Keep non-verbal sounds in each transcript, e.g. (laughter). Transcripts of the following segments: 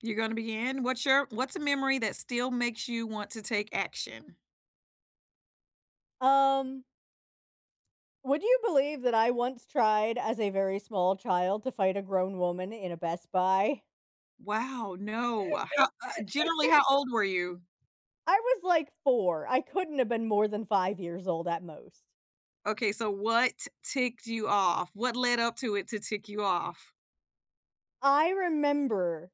You're gonna be in? What's a memory that still makes you want to take action? Um, would you believe that I once tried as a very small child to fight a grown woman in a Best Buy? Wow, no. How generally, how old were you? I was like 4. I couldn't have been more than 5 years old at most. Okay, so what ticked you off? What led up to it to tick you off? I remember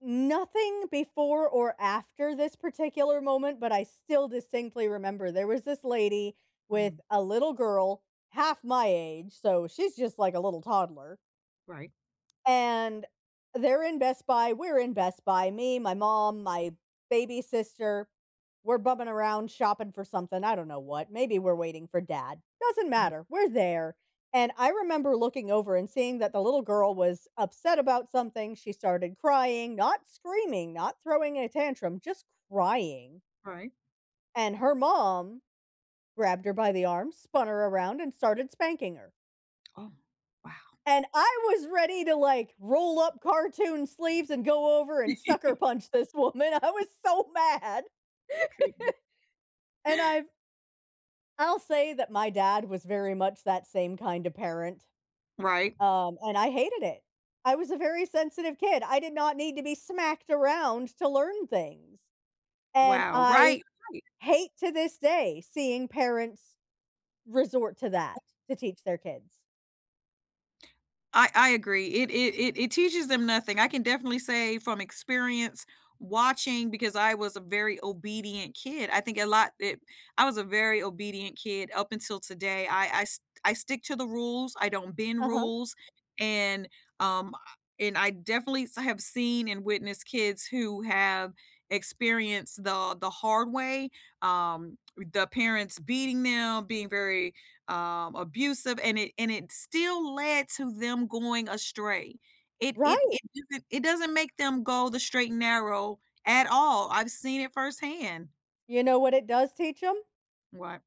nothing before or after this particular moment, but I still distinctly remember there was this lady with Mhm, a little girl half my age, so she's just like a little toddler, right. and they're in Best Buy, we're in Best Buy, me, my mom, my baby sister, we're bumming around shopping for something, I don't know what, maybe we're waiting for dad, doesn't matter, we're there, and I remember looking over and seeing that the little girl was upset about something, she started crying, not screaming, not throwing a tantrum, just crying, Right. and her mom grabbed her by the arm, spun her around, and started spanking her. Oh, wow. And I was ready to, like, roll up cartoon sleeves and go over and (laughs) sucker punch this woman. (laughs) I was so mad. Goodness. And I'll say that my dad was very much that same kind of parent, Right. And I hated it. I was a very sensitive kid. I did not need to be smacked around to learn things. And Wow, I right, right. hate to this day seeing parents resort to that to teach their kids. I agree. It teaches them nothing. I can definitely say from experience watching because I was a very obedient kid. I think a lot it, I was a very obedient kid up until today. I stick to the rules. I don't bend Uh-huh. rules and um and I definitely have seen and witnessed kids who have experienced the hard way um the parents beating them being very abusive, and it still led to them going astray. It it Right. it doesn't it doesn't make them go the straight and narrow at all. I've seen it firsthand. You know what it does teach them. What?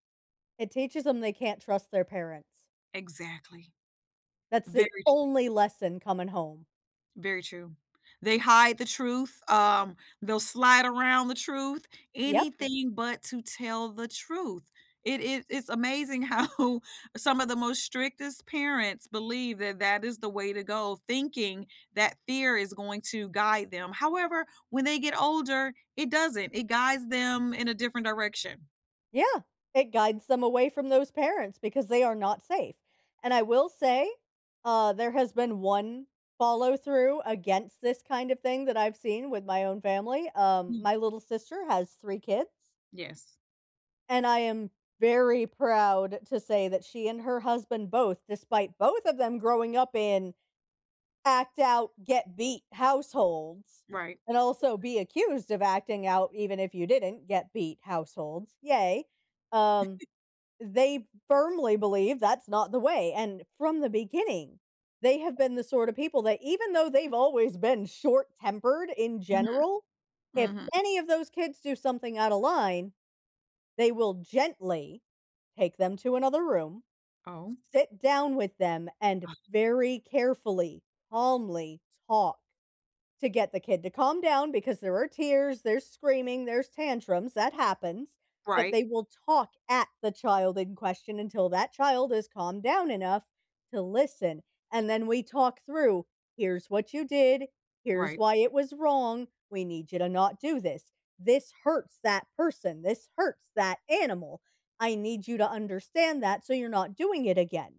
It teaches them they can't trust their parents. Exactly. That's Very the only lesson coming home. Very true. They hide the truth, they'll slide around the truth, Yep, anything but to tell the truth. It's amazing how (laughs) some of the most strictest parents believe that that is the way to go, thinking that fear is going to guide them. However, when they get older, it doesn't. It guides them in a different direction. yeah. It guides them away from those parents because they are not safe, and I will say, there has been one follow through against this kind of thing that I've seen with my own family. Mm, My little sister has 3 kids, yes, and I am very proud to say that she and her husband both, despite both of them growing up in act out get beat households right. and also be accused of acting out even if you didn't get beat households. Yay. Um, they firmly believe that's not the way. And from the beginning, they have been the sort of people that, even though they've always been short tempered in Mhm, general, if mhm. any of those kids do something out of line, they will gently take them to another room, Oh, sit down with them, and very carefully, calmly talk to get the kid to calm down because there are tears, there's screaming, there's tantrums, that happens, but right, they will talk at the child in question until that child is calmed down enough to listen. And then we talk through, here's what you did, here's right. why it was wrong, we need you to not do this. This hurts that person, this hurts that animal. I need you to understand that so you're not doing it again.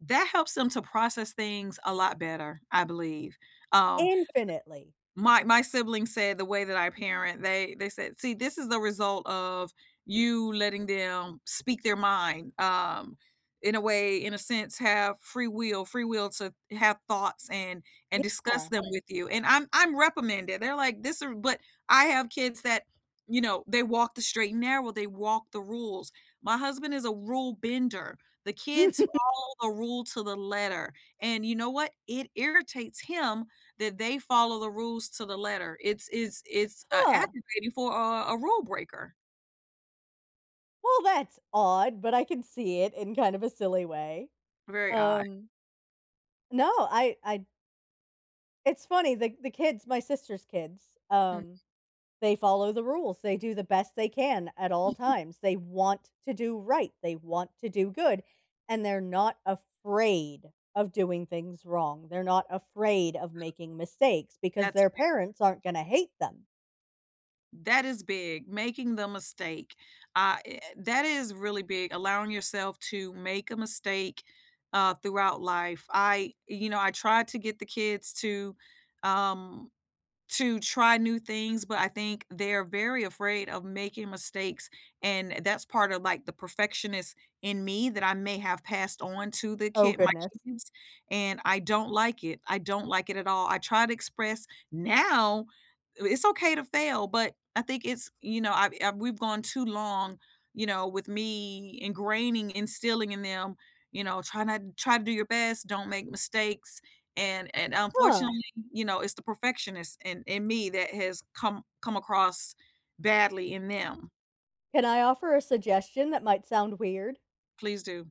That helps them to process things a lot better, I believe. Um, Infinitely. my my siblings said the way that I parent, they said, "See, this is the result of you letting them speak their mind, in a way, in a sense, have free will to have thoughts and discuss Yeah. them with you." And I'm reprimanded. They're like, "This is," but I have kids that, you know, they walk the straight and narrow, they walk the rules. My husband is a rule bender. The kids (laughs) follow the rule to the letter. And you know what? It irritates him that they follow the rules to the letter. It's Yeah. aggravating for a rule breaker. Well, that's odd, but I can see it in kind of a silly way. Very odd. Um, no, I it's funny, the kids, my sister's kids, Mm, they follow the rules. They do the best they can at all times. They want to do right. They want to do good, and they're not afraid of doing things wrong. They're not afraid of making mistakes because that's their big. parents aren't going to hate them. That is big, making the mistake. That is really big, allowing yourself to make a mistake, throughout life. I tried to get the kids um to try new things, but I think they're very afraid of making mistakes, and that's part of, like, the perfectionist in me that I may have passed on to the Oh kid my goodness. kids, and I don't like it. I don't like it at all. I try to express now it's okay to fail, but I think it's you know, I've I we've gone too long, you know, with me ingraining, instilling in them, you know, "Try not try to do your best, don't make mistakes," Huh. unfortunately, you know, it's the perfectionist in me that has come across badly in them. Can I offer a suggestion that might sound weird? Please do.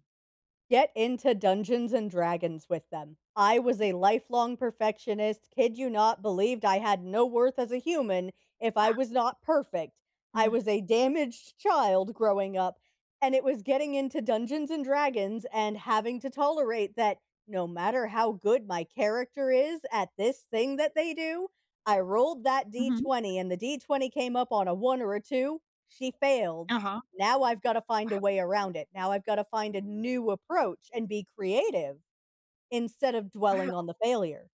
Get into Dungeons and Dragons with them. I was a lifelong perfectionist, kid you not, believed I had no worth as a human if Wow. I was not perfect. I Mm, was a damaged child growing up, and it was getting into Dungeons and Dragons and having to tolerate that no matter how good my character is at this thing that they do, I rolled that mhm. d20 and the d20 came up on a 1 or a 2, she failed. Uh-huh. Now I've gotta find a way around it. Now I've gotta find a new approach and be creative instead of dwelling on Wow. the failure.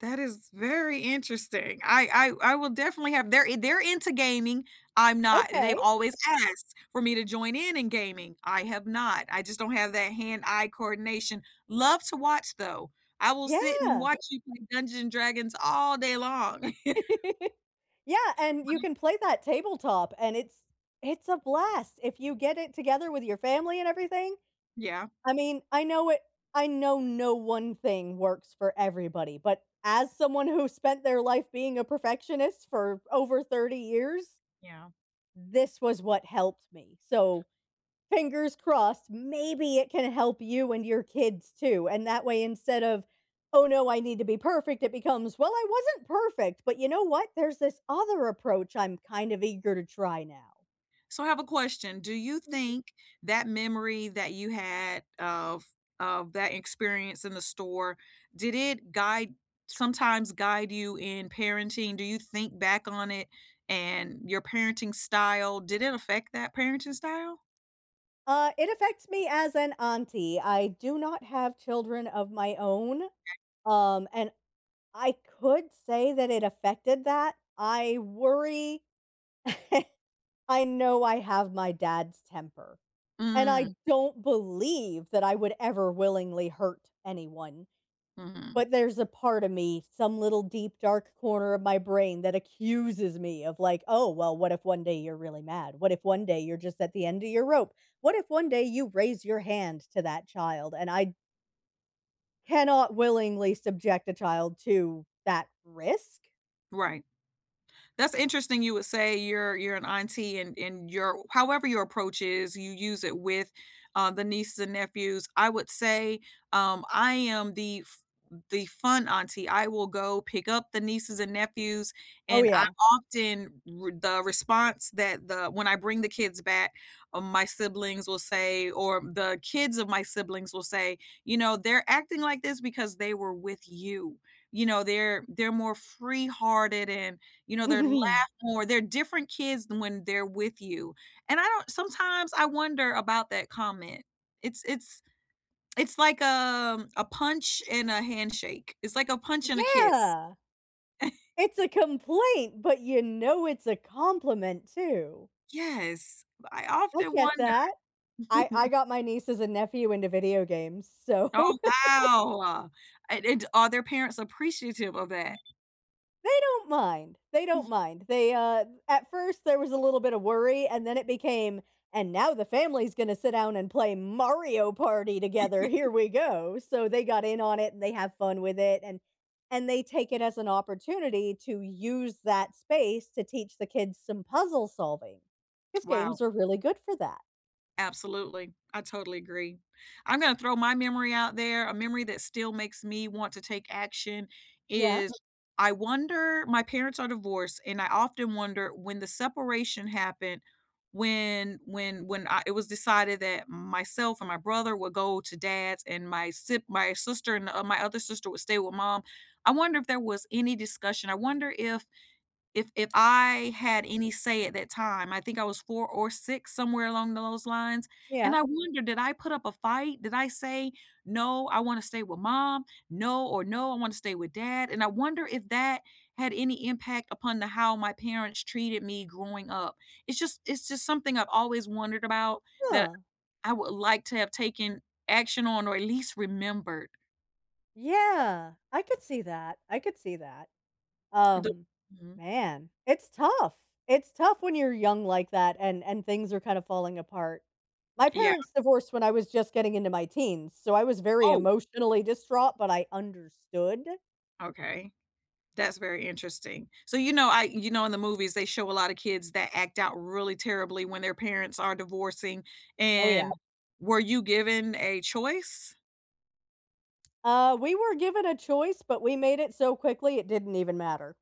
That is very interesting. I will definitely have they're into gaming. I'm not. They've Okay. always asked for me to join in gaming. I have not. I just don't have that hand-eye coordination. Love to watch though. I will sit and Yeah. watch you play Dungeons& and Dragons all day long. (laughs) Yeah, and you can play that tabletop, and it's a blast if you get it together with your family and everything. (laughs) Yeah. I mean, I know no one thing works for everybody, but as someone who spent their life being a perfectionist for over 30 years, Yeah. this was what helped me. So fingers crossed, maybe it can help you and your kids too. And that way, instead of, oh no, I need to be perfect, it becomes, well, I wasn't perfect, but you know what? There's this other approach I'm kind of eager to try now. So I have a question. Do you Mm. think that memory that you had of that experience in the store, did it guide sometimes guide you in parenting? Do you think back on it and your parenting style, did it affect that parenting style? It affects me as an auntie. I do not have children of my own. And I could say that it affected that. I worry. I know I have my dad's temper. And Mm, I don't believe that I would ever willingly hurt anyone, mhm. but there's a part of me, some little deep dark corner of my brain that accuses me of like, "Oh, well, what if one day you're really mad? What if one day you're just at the end of your rope? What if one day you raise your hand to that child?" And I cannot willingly subject a child to that risk. Right. That's interesting you would say you're an auntie and your however your approach is, you use it with, the nieces and nephews. I would say, I am the fun auntie. I will go pick up the nieces and nephews, Oh, and I yeah. often r the response that the when I bring the kids back, my siblings will say or the kids of my siblings will say, you know, "They're acting like this because they were with you." You know, they're more free-hearted and you know, they're laugh (laughs) more, they're different kids than when they're with you, and I don't sometimes I wonder about that comment. It's it's it's like, a punch and a handshake. It's like a punch and a kiss. Yeah. It's a complaint, but you know it's a compliment too. Yes, I I often get wonder. that. (laughs) I got my nieces and nephew into video games, so Oh, (laughs) wow. And are their parents appreciative of that? they don't mind. They (laughs) Mh. don't mind. At first there was a little bit of worry, and then it became, "And now the family's gonna sit down and play Mario Party together, here we go." So they got in on it, and they have fun with it, and they take it as an opportunity to use that space to teach the kids some puzzle solving, because Wow. games are really good for that. Absolutely. I totally agree. I'm gonna throw my memory out there. A memory that still makes me want to take action Yeah, is I wonder my parents are divorced, and I often wonder when the separation happened, it was decided that myself and my brother would go to dad's, and my sister and my other sister would stay with mom. I wonder if there was any discussion. I wonder if I had any say at that time, I think I was 4 or 6, somewhere along those lines, and yeah. I wonder, did I put up a fight? Did I say, "No, I wanna stay with mom," "No," or "No, I wanna stay with dad," and I wonder if that had any impact upon the how my parents treated me growing up. It's just something I've always wondered about that Huh. I would like to have taken action on or at least remembered. Yeah, I could see that, I could see that. The Um, Mhm. Man, it's tough. It's tough when you're young like that and things are kind of falling apart. My Yeah. parents divorced when I was just getting into my teens, so I was very Oh, emotionally distraught, but I understood. okay. That's very interesting. So, you know, I you know, in the movies, they show a lot of kids that act out really terribly when their parents are divorcing, Oh, and yeah. were you given a choice? We were given a choice, but we made it so quickly it didn't even matter.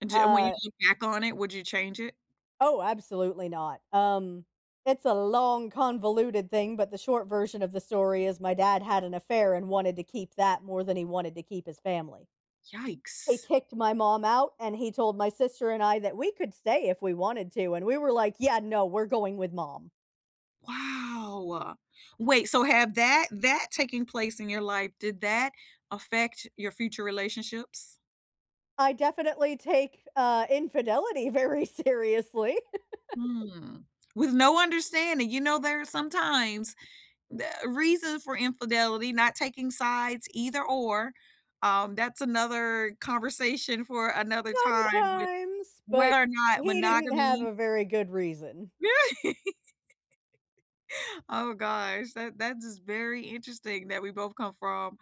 And d when you Uh, look back on it, would you change it? oh, absolutely not. It's a long, convoluted thing, but the short version of the story is my dad had an affair and wanted to keep that more than he wanted to keep his family. He Yikes. kicked my mom out, and he told my sister and I that we could stay if we wanted to, and we were like, "Yeah, no, we're going with mom." Wow. Wait, so have that taking place in your life, did that affect your future relationships? I definitely take, infidelity very seriously Hmm. With no understanding, you know, there are sometimes the reason for infidelity, not taking sides either or. That's another conversation for another (laughs) time with sometimes, but whether or not he didn't have monogamy. a very good reason. (laughs) Oh gosh, that that is very interesting that we both come from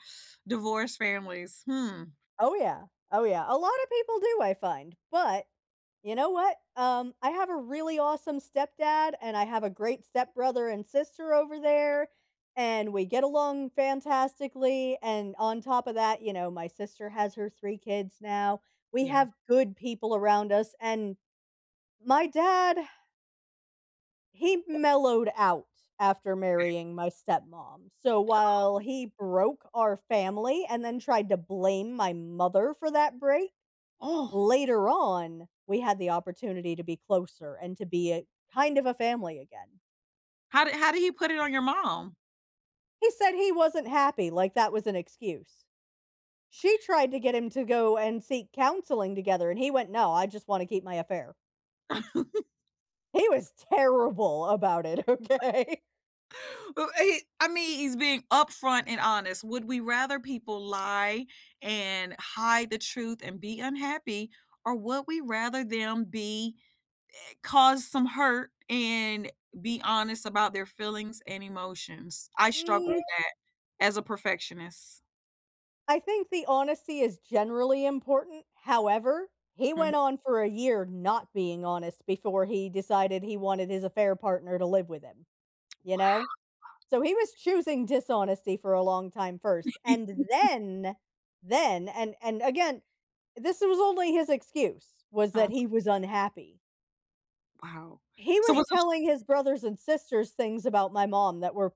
divorced families. Hmm, Oh, yeah. Oh, yeah. A lot of people do, I find, but you know what? I have a really awesome stepdad, and I have a great stepbrother and sister over there, and we get along fantastically, and on top of that, you know, my sister has her 3 kids now. We yeah. have good people around us, and my dad, he mellowed out after marrying my stepmom. So while he broke our family and then tried to blame my mother for that break, Oh, later on, we had the opportunity to be closer and to be a kind of a family again. How did he put it on your mom? He said he wasn't happy, like that was an excuse. She tried to get him to go and seek counseling together, and he went, "No, I just wanna keep my affair." He was (laughs) terrible about it, (laughs) okay? Well, he I mean, he's being upfront and honest. Would we rather people lie and hide the truth and be unhappy, or would we rather them be cause some hurt and be honest about their feelings and emotions? I struggle with Mm, that as a perfectionist. I think the honesty is generally important. However, he Mhm. went on for a year not being honest before he decided he wanted his affair partner to live with him, you know? So he was choosing dishonesty for a long time first, Uh, (laughs) and then and again, this was only his excuse, was that he was unhappy. wow. He So was was it telling his brothers and sisters things about my mom that were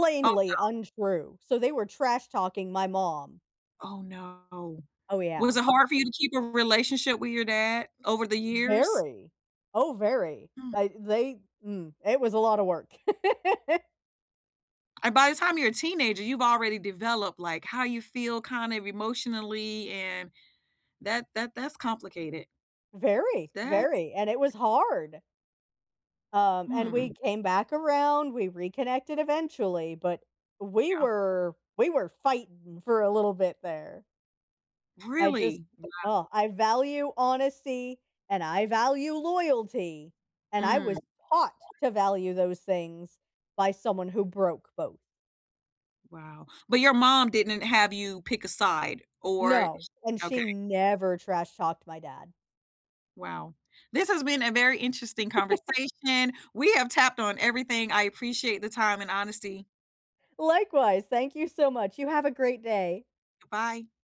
(laughs) oh untrue, so they were trash talking my mom. oh, no. Oh, Was yeah. it hard for you to keep a relationship with your dad over the years? Very. Oh, very. Hmm. It was a lot of work. (laughs) And by the time you're a teenager, you've already developed like how you feel kind of emotionally and that's complicated. Yes. Very, That's very, and it was hard. And we mm, came back around, we reconnected eventually, but we yeah. were we were fighting for a little bit there. I just Really? Oh, I value honesty and I value loyalty, and I Mm, was taught to value those things by someone who broke both. wow. But your mom didn't have you pick a side or No, and okay. she never trash talked my dad. Wow. This has been a very interesting conversation. We have tapped on everything. I appreciate the time and honesty. Likewise, thank you so much. You have a great day. Goodbye.